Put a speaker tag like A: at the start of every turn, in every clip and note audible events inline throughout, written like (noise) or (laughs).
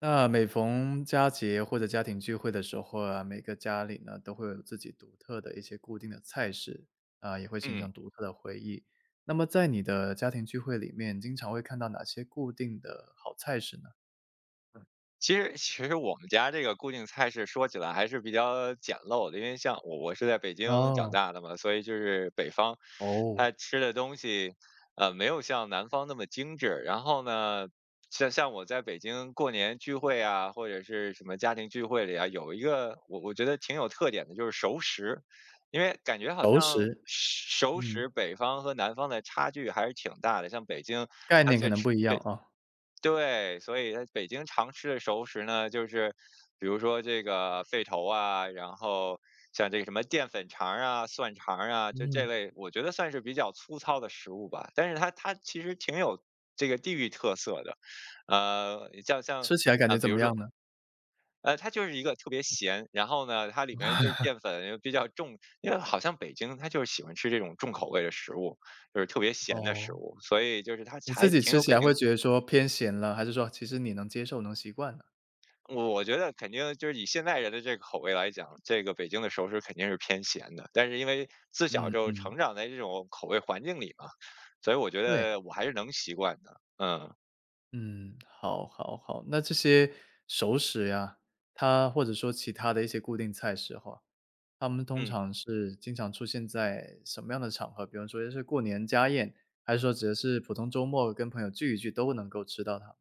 A: 那每逢佳节或者家庭聚会的时候啊，每个家里呢都会有自己独特的一些固定的菜式，啊、也会形
B: 嗯，
A: 成独特的回忆。那么在你的家庭聚会里面，经常会看到哪些固定的好菜式呢？
B: 其实我们家这个固定菜式说起来还是比较简陋的，因为像我是在北京长
A: 哦。
B: 大的嘛，所以就是北方，
A: 哦，
B: 他吃的东西，没有像南方那么精致。然后呢，像我在北京过年聚会啊，或者是什么家庭聚会里啊，有一个我觉得挺有特点的，就是熟食，因为感觉好
A: 熟
B: 像
A: 食，
B: 熟
A: 嗯，
B: 食北方和南方的差距还是挺大的，像北京。
A: 概
B: 它
A: 念可
B: 最
A: 能
B: 吃。
A: 不一样啊。
B: 对，所以在北京常吃的熟食呢，就是比如说这个肺头啊，然后像这个什么淀粉肠儿啊、蒜肠儿啊，就这
A: 嗯，
B: 类，我觉得算是比较粗糙的食物吧。但是它其实挺有这个地域特色的，呃，像像
A: 吃起来感觉
B: 呃，比
A: 怎么
B: 如说
A: 样呢？
B: 它就是一个特别咸，然后呢，它里面就是淀粉又比较重，因为好像北京它就是喜欢吃这种重口味的食物，就是特别咸的食
A: 哦，
B: 物，所以就是它
A: 你自
B: 还
A: 己
B: 挺
A: 吃
B: 有
A: 起
B: 北
A: 来会
B: 京。
A: 觉得说偏咸了，还是说其实你能接受能习惯呢？
B: 我觉得肯定就是以现代人的这个口味来讲，这个北京的熟食肯定是偏咸的。但是因为自小
A: 嗯
B: 就
A: 嗯，
B: 成长在这种口味环境里嘛，所以我觉
A: 对。
B: 得我还是能习惯的。嗯
A: 嗯，好，好，好。那这些熟食呀，它或者说其他的一些固定菜式哈，它们通
B: 嗯。
A: 常是经常出现在什么样的场合？比方说是过年家宴，还是说只是普通周末跟朋友聚一聚都能够吃到它？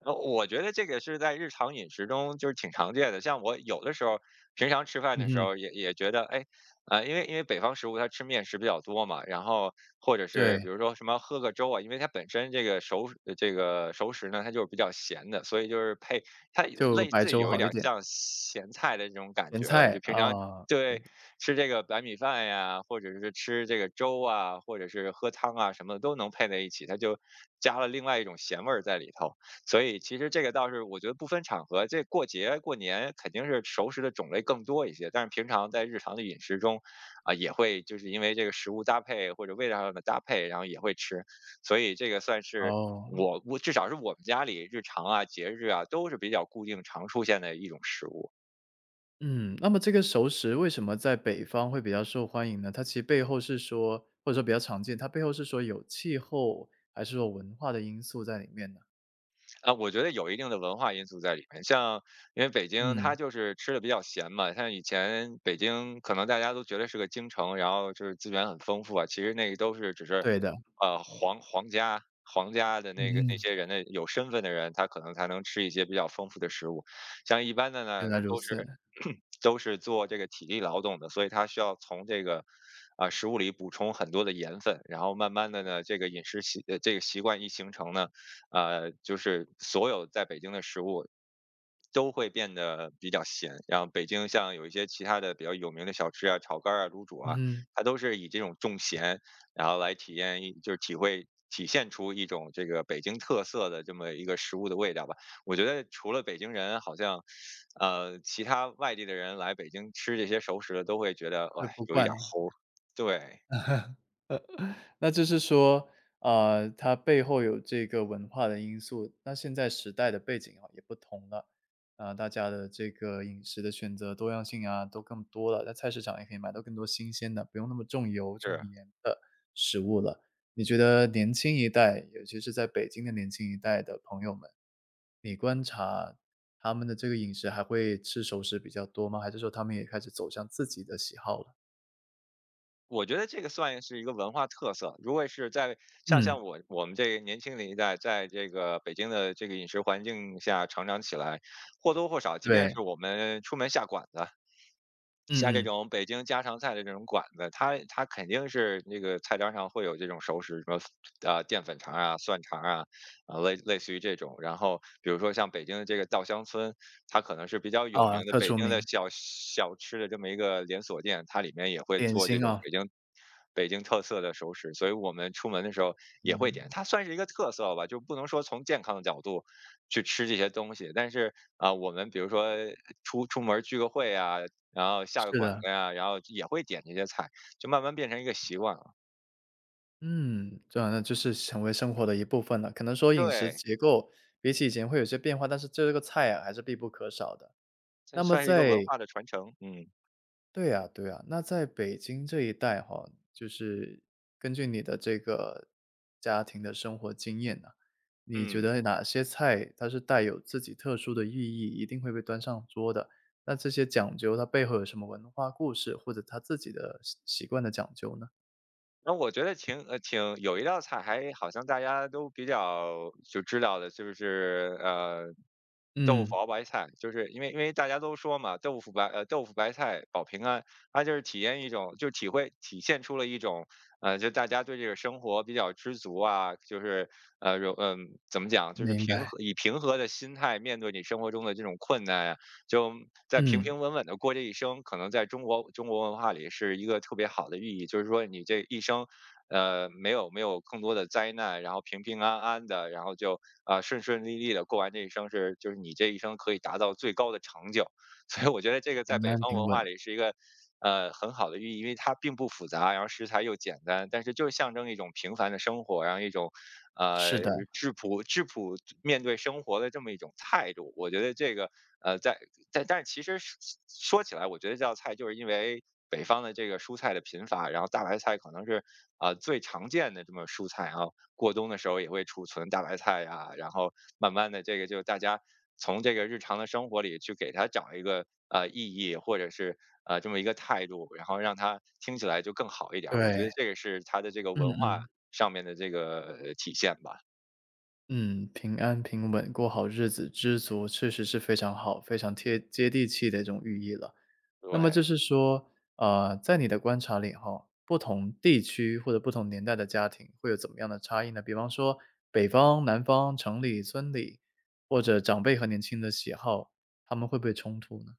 B: 我觉得这个是在日常饮食中就是挺常见的，像我有的时候平常吃饭
A: 嗯
B: 的时
A: 哼。
B: 候也觉得，哎，因为北方食物它吃面食比较多嘛，然后或者
A: 对，
B: 是比如说什么喝个粥啊，因为它本身这个这个熟食呢，它就是比较咸的，所以就是配它
A: 就
B: 类
A: 白
B: 似于
A: 粥
B: 有一
A: 好一
B: 点儿
A: 点。
B: 像咸菜的这种感
A: 咸
B: 觉了，
A: 菜
B: 就平常。
A: 啊。
B: 对，吃这个白米饭呀，或者是吃这个粥啊，或者是喝汤啊，什么的都能配在一起，它就加了另外一种咸味儿在里头。所以其实这个倒是我觉得不分场合，这过节过年肯定是熟食的种类更多一些，但是平常在日常的饮食中，啊，也会就是因为这个食物搭配或者味道上的搭配，然后也会吃，所以这个算是
A: 哦。
B: 我至少是我们家里日常啊、节日啊都是比较固定常出现的一种食物。
A: 嗯。那么这个熟食为什么在北方会比较受欢迎呢？它其实背后是说或者说比较常见，它背后是说有气候还是说文化的因素在里面呢？
B: 啊，我觉得有一定的文化因素在里面。像因为北京它
A: 嗯，
B: 就是吃的比较咸嘛，像以前北京可能大家都觉得是个京城，然后就是资源很丰富啊，其实那个都是只是，
A: 对的。
B: 呃，皇家的那个
A: 嗯，
B: 那
A: 嗯，
B: 些人的有身份的人，他可能才能吃一些比较丰富的食物。像一般的
A: 原
B: 呢，
A: 来
B: 他
A: 如
B: 都
A: 此。
B: 是 (clears throat) 都是做这个体力劳动的，所以他需要从这个。啊，食物里补充很多的盐分，然后慢慢的呢，这个饮食习呃这个习惯一形成呢，就是所有在北京的食物都会变得比较咸。然后北京像有一些其他的比较有名的小吃啊，炒肝儿啊、卤煮啊，
A: 嗯，
B: 它都是以这种重咸，然后来体验一，就是体会。体现出一种这个北京特色的这么一个食物的味道吧。我觉得除了北京人，好像，其他外地的人来北京吃这些熟食的，都会觉得，
A: 会
B: 哎，
A: 不
B: 有一
A: 惯
B: 点儿
A: 哦。
B: 齁。对，
A: 那就是说，呃，它背后有这个文化的因素，那现在时代的背景啊也不同了，啊，大家的这个饮食的选择多样性啊都更多了，在菜市场也可以买到更多新鲜的，不用那么重油重
B: 是。
A: 盐的食物了。你觉得年轻一代，尤其是在北京的年轻一代的朋友们，你观察他们的这个饮食还会吃熟食比较多吗？还是说他们也开始走向自己的喜好了？
B: 我觉得这个算是一个文化特色。如果是在像
A: 嗯，
B: 像我们这个年轻的一代，在这个北京的这个饮食环境下成长起来，或多或少，即便
A: 对，
B: 是我们出门下馆子，像这
A: 嗯嗯。
B: 种北京家常菜的这种馆子，它肯定是那个菜单上会有这种熟食，什么啊淀粉肠啊、蒜肠啊，啊类似于这种。然后比如说像北京的这个稻香村，它可能是比较有
A: 啊，
B: 名的
A: 特
B: 北
A: 出
B: 京的
A: 名。
B: 小吃的这么一个连锁店，它里面也会
A: 点
B: 做这
A: 心
B: 种
A: 啊。
B: 北京特色的熟食，所以我们出门的时候也会点。
A: 嗯，
B: 它算是一个特色吧，就不能说从健康的角度去吃这些东西，但是啊、我们比如说出门聚个会啊，然后下个
A: 是
B: 馆
A: 的。
B: 子呀，然后也会点这些菜，就慢慢变成一个习惯了。
A: 嗯，这样那就是成为生活的一部分了。可能说饮食
B: 对，
A: 结构比起以前会有些变化，但是这个菜啊还是必不可少的。
B: 这
A: 那么
B: 算是一个文
A: 在
B: 化的传承，嗯，
A: 对呀，对呀，那在北京这一带哈，就是根据你的这个家庭的生活经验呢，你觉
B: 嗯。
A: 得哪些菜它是带有自己特殊的寓意义一定会被端上桌的？那这些讲究它背后有什么文化故事，或者他自己的习习惯的讲究呢？
B: 那我觉得挺有一道菜还好像大家都比较就知道的，就是豆腐
A: 嗯，
B: 熬白菜，就是因为大家都说嘛，豆腐白菜保平安，它就是体验一种就体会体现出了一种呃就大家对这个生活比较知足啊，就是呃有嗯怎么讲，就是
A: 明
B: 平
A: 白。
B: 和以平和的心态面对你生活中的这种困难啊就在平
A: 嗯，
B: 平稳稳的过这一生，可能在中国文化里是一个特别好的寓意，就是说你这一生，呃，没有更多的灾难，然后平平安安的，然后就啊、呃顺顺利利的过完这一生是，就是你这一生可以达到最高的成就，(laughs) 所以我觉得这个在
A: 平
B: 北
A: 安
B: 方
A: 平
B: 文
A: 稳。
B: 化里是一个。呃，很好的寓意，因为它并不复杂，然后食材又简单，但是就象征一种平凡的生活，然后一种
A: 是
B: 呃，
A: 的。
B: 质朴面对生活的这么一种态度。我觉得这个，呃，在但但是其实说起来，我觉得这道菜就是因为北方的这个蔬菜的贫乏，然后大白菜可能是呃最常见的这么蔬菜啊，然后过冬的时候也会储存大白菜呀、然后慢慢的这个就大家从这个日常的生活里去给它找一个呃意义，或者是呃这么一个态度，然后让它听起来就更好一点儿。我觉
A: 对，
B: 得这个是它的这个
A: 嗯
B: 文化。
A: 嗯。
B: 上面的这个呃体现吧，
A: 嗯，平安平稳过好日子，知足确实是非常好、非常贴接地气的一种寓意了。那么就
B: 对。
A: 是说，呃，在你的观察里哈，不同地区或者不同年代的家庭会有怎么样的差异呢？比方说北方、南方、城里、村里，或者长辈和年轻的喜好，他们会不会冲突呢？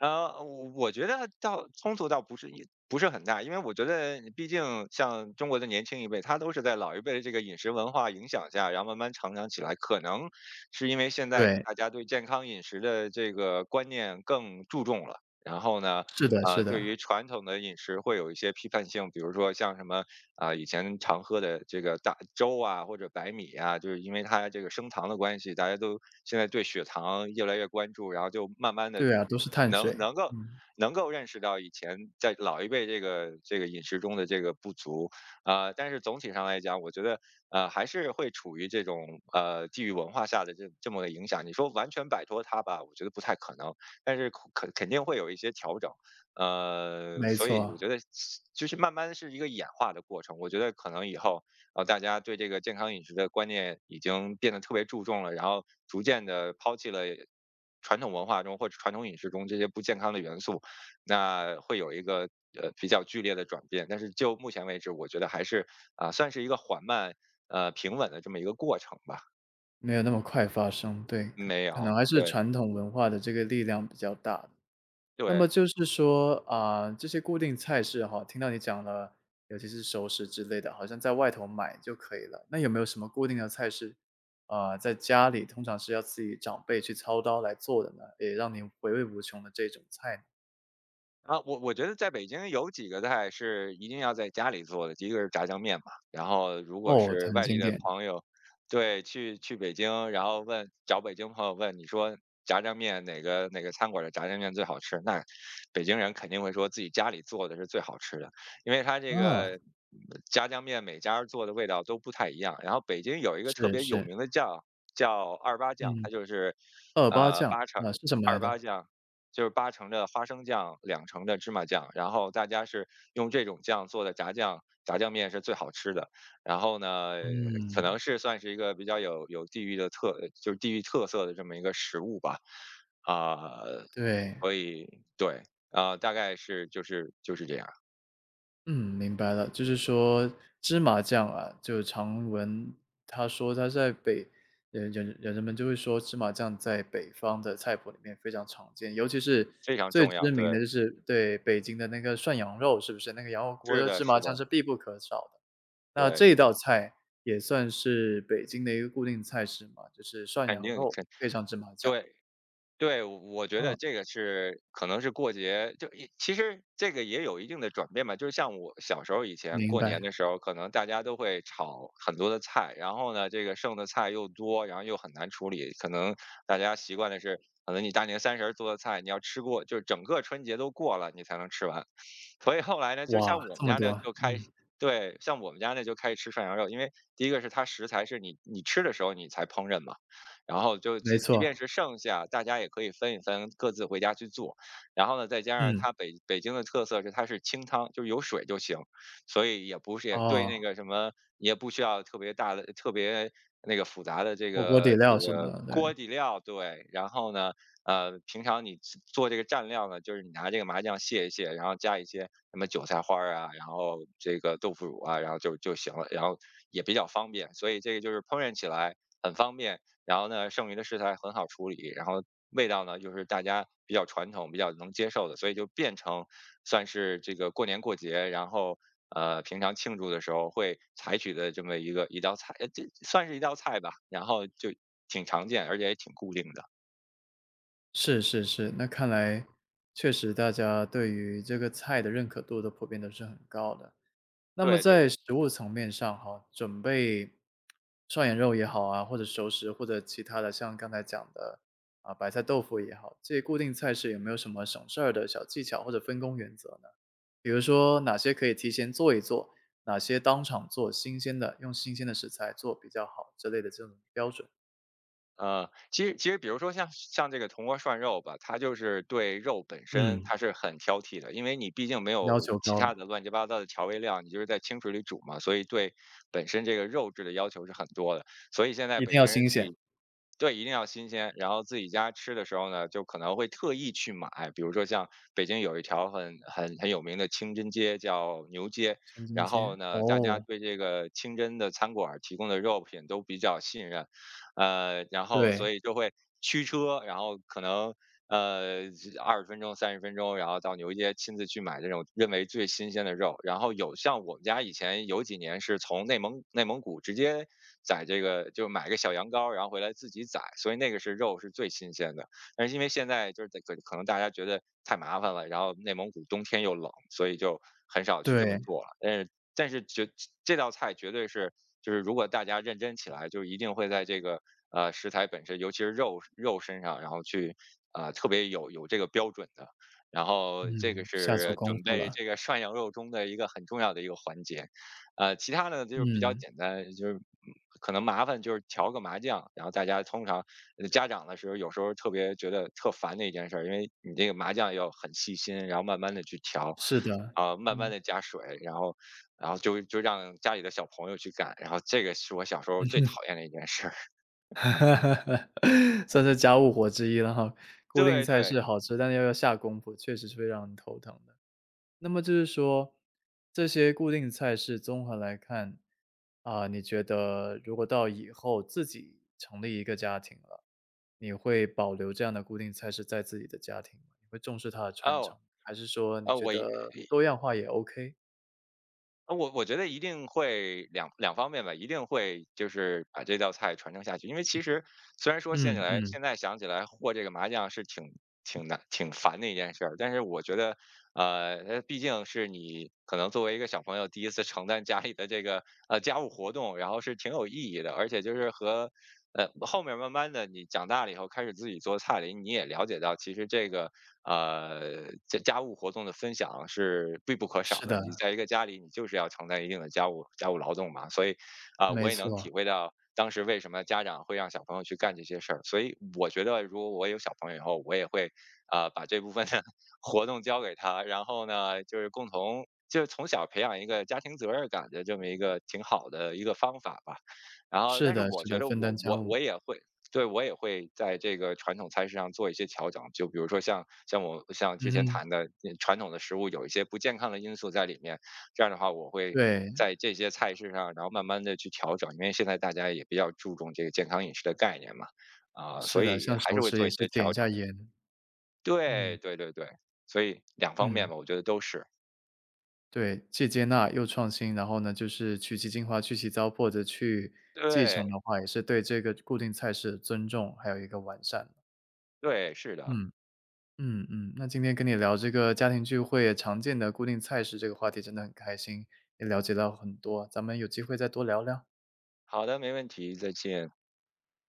B: 我觉得倒冲突倒不是不是很大，因为我觉得毕竟像中国的年轻一辈，他都是在老一辈的这个饮食文化影响下，然后慢慢成长起来。可能是因为现在
A: 对，
B: 大家对健康饮食的这个观念更注重了，然后呢，
A: 是的是
B: 对
A: 的。
B: 于传统的饮食会有一些批判性，比如说像什么啊、以前常喝的这个大粥啊或者白米啊，就是因为它这个升糖的关系，大家都现在对血糖越来越关注，然后就慢慢的
A: 对啊，都是碳水。
B: 能能够
A: 嗯。
B: 能够认识到以前在老一辈这个饮食中的这个不足，啊、但是总体上来讲，我觉得呃还是会处于这种呃地域文化下的这么个影响。你说完全摆脱它吧，我觉得不太可能，但是肯定会有一些调整，呃，
A: 没
B: 所以
A: 错。
B: 我觉得就是慢慢是一个演化的过程。我觉得可能以后然后大家对这个健康饮食的观念已经变得特别注重了，然后逐渐的抛弃了传统文化中或者传统饮食中这些不健康的元素，那会有一个呃比较剧烈的转变。但是就目前为止，我觉得还是啊、算是一个缓慢呃平稳的这么一个过程吧。
A: 没有那么快发生，对，可
B: 没
A: 可能
B: 有，
A: 还是
B: 对
A: 传统文化的这个力量比较大。那么
B: 对。
A: 就是说，啊、这些固定菜式哈，听到你讲了，尤其是熟食之类的，好像在外头买就可以了。那有没有什么固定的菜式，啊，在家里通常是要自己长辈去操刀来做的呢？也让你回味无穷的这种菜呢？
B: 我觉得在北京有几个菜是一定要在家里做的，第一个是炸酱面嘛。然后如果
A: 哦，
B: 是
A: 很
B: 外地
A: 经
B: 的
A: 典。
B: 朋友，对，去北京，然后找北京朋友问你说炸酱面哪个餐馆的炸酱面最好吃，那北京人肯定会说自己家里做的是最好吃的，因为他这
A: 啊，
B: 个炸酱面每家做的味道都不太一样。然后北京有一个特
A: 是
B: 别有
A: 是。
B: 名的酱叫二八酱，
A: 嗯，
B: 它就是
A: 二八
B: 呃
A: 酱
B: 八成
A: 啊，是什么来
B: 二
A: 的？
B: 八酱。就是八成的花生酱，两成的芝麻酱，然后大家是用这种酱做的炸酱，炸酱面是最好吃的。然后呢，可
A: 嗯，
B: 能是算是一个比较有地域的特，就是地域特色的这么一个食物吧。啊、
A: 对。
B: 所以对，大概是就是这样，
A: 嗯，明白了，就是说芝麻酱啊，就常闻他说他在北人们就会说芝麻酱在北方的菜谱里面非常常见，尤其是
B: 非常
A: 最
B: 重
A: 知
B: 要。
A: 名
B: 对，
A: 的就是对，北京的那个涮羊肉，是不是？那个羊肉锅
B: 是
A: 的
B: 的，
A: 芝麻
B: 是
A: 酱
B: 的，
A: 是必不可少的。那
B: 对，
A: 这道菜也算是北京的一个固定菜式嘛，就是涮
B: 肯
A: 羊
B: 定
A: 肉
B: 肯
A: 配上芝麻酱。
B: 对。对，我觉得
A: 嗯，
B: 这个是可能是过节，其实这个也有一定的转变吧。就是像我小时候以前
A: 明
B: 过
A: 白。
B: 年的时候，可能大家都会炒很多的菜，然后呢，这个剩的菜又多，然后又很难处理。可能大家习惯的是，可能你大年三十儿做的菜，你要吃过，就是整个春节都过了，你才能吃完。所以后来呢，就像
A: 哇，
B: 我
A: 这
B: 们
A: 么
B: 家呢，
A: 多。
B: 就开
A: 嗯，
B: 始。对，像我们家呢就开始吃涮羊肉，因为第一个是它食材是你吃的时候你才烹饪嘛。然后就
A: 没
B: 即即
A: 错。
B: 便是剩下，大家也可以分一分，各自回家去做。然后呢，再加上
A: 嗯。
B: 它北京的特色是它是清汤，就是有水就行，所以也不是也对那
A: 哦，
B: 个什么也不需要特别大的、特别那个复杂的这
A: 火锅底
B: 个这
A: 料什么
B: 个
A: 的，
B: 锅
A: 对。
B: 底料，对。然后呢，平常你做这个蘸料呢，就是你拿这个麻酱卸一卸，然后加一些什么韭菜花儿啊，然后这个豆腐乳啊，然后就行了，然后也比较方便，所以这个就是烹饪起来很方便。然后呢，剩余的食材很好处理，然后味道呢又是大家比较传统、比较能接受的，所以就变成算是这个过年过节，然后平常庆祝的时候会采取的这么一道菜，这算是一道菜吧，然后就挺常见，而且也挺固定的。
A: 是是是，那看来确实大家对于这个菜的认可度都普遍都是很高的。那么
B: 对对
A: 在
B: 对。
A: 食物层面上哈，准备涮羊肉也好啊，或者熟食，或者其他的，像刚才讲的啊，白菜豆腐也好，这些固定菜式有没有什么省事儿的小技巧或者分工原则呢？比如说哪些可以提前做一做，哪些当场做新鲜的，用新鲜的食材做比较好之类的这种标准。
B: 其实比如说像这个铜锅涮肉吧，它就是对肉本身
A: 嗯，
B: 它是很挑剔的，因为你毕竟没
A: 要
B: 有
A: 求
B: 其
A: 高。
B: 他的乱七八糟的调味料，你就是在清水里煮嘛，所以对本身这个肉质的要求是很多的。所以现在
A: 一
B: 北
A: 定要
B: 京人
A: 新
B: 自
A: 鲜。
B: 己，对，一定要新鲜。然后自己家吃的时候呢，就可能会特意去买，比如说像北京有一条很有名的清真街，叫牛街。
A: 清真
B: 然后
A: 街，
B: 呢，大家
A: 哦。
B: 对这个清真的餐馆儿提供的肉品都比较信任，然后所
A: 对。
B: 以就会驱车，然后可能呃，20分钟、30分钟，然后到牛街亲自去买这种认为最新鲜的肉。然后有像我们家以前有几年是从内蒙古直接宰这个，就买个小羊羔，然后回来自己宰，所以那个是肉是最新鲜的。但是因为现在就是可能大家觉得太麻烦了，然后内蒙古冬天又冷，所以就很少去这么
A: 对。
B: 做了。但是但是绝这道菜绝对是，就是如果大家认真起来，就一定会在这个食材本身，尤其是肉身上，然后去特别有这个标准的。然后这个
A: 嗯，下足
B: 是
A: 功
B: 准
A: 夫
B: 备
A: 了。
B: 这个涮羊肉中的一个很重要的一个环节，其他的就是比较
A: 嗯，
B: 简单，就是可能麻烦就是调个麻酱，然后大家通常家长的时候有时候特别觉得特烦的一件事儿，因为你这个麻酱要很细心，然后慢慢的去调，
A: 是的。
B: 啊，慢慢
A: 嗯，
B: 的加水，然后就让家里的小朋友去干，然后这个是我小时候最讨厌的一件事儿。(laughs)
A: (laughs) 算是家务活之一了哈。固定
B: 对
A: 菜
B: 对，
A: 式好吃，但是要要下功夫，确实是会让人头疼的。那么就是说，这些固定菜式综合来看，啊，你觉得如果到以后自己成立一个家庭了，你会保留这样的固定菜式在自己的家庭吗？你会重视它的传承，
B: 哦，
A: 还是说你
B: 哦，
A: 觉得多样化也 OK？
B: 我觉得一定会两方面吧，一定会就是把这道菜传承下去。因为其实虽然说
A: 嗯嗯。
B: 现在想起来和这个麻将是挺难挺烦的一件事儿，但是我觉得，毕竟是你可能作为一个小朋友第一次承担家里的这个家务活动，然后是挺有意义的，而且就是和后面慢慢的你长大了以后开始自己做菜了，你也了解到其实这个。家务活动的分享是必不可少
A: 是
B: 的。
A: 的。
B: 你在一个家里，你就是要承担一定的家务劳动嘛，所以，啊，我
A: 没
B: 也能
A: 错。
B: 体会到当时为什么家长会让小朋友去干这些事儿。所以我觉得如果我有小朋友以后，我也会，啊，把这部分的 (laughs) 活动交给他，然后呢，就是共同就是从小培养一个家庭责任感的这么一个挺好的一个方法吧。然后，
A: 是
B: 但是
A: 的
B: 我
A: 是
B: 觉
A: 的，
B: 得
A: 分担
B: 我
A: 家
B: 我
A: 务。
B: 我也会，对，我也会在这个传统菜式上做一些调整，就比如说像之前
A: 嗯哼。
B: 谈的传统的食物有一些不健康的因素在里面，这样的话我会
A: 对，
B: 在这些菜式上，然后慢慢的去调整，因为现在大家也比较注重这个健康饮食的概念嘛，
A: 是
B: 所
A: 的，
B: 以
A: 像
B: 还
A: 熟
B: 是会
A: 食
B: 做
A: 也
B: 一
A: 是
B: 些
A: 点一
B: 调
A: 下
B: 整。
A: 盐。
B: 对
A: 嗯。
B: 对对对，所以两方面
A: 嗯。
B: 吧，我觉得都是。
A: 对，既接纳又创新，然后呢，就是取其精华、去其糟粕，或者去继
B: 对
A: 承的话，也是对这个固定菜式的尊重，还有一个完善。
B: 对，是的。
A: 嗯嗯嗯，那今天跟你聊这个家庭聚会常见的固定菜式这个话题，真的很开心，也了解到很多，咱们有机会再多聊聊。
B: 好的，没问题，再见。
A: 嗯。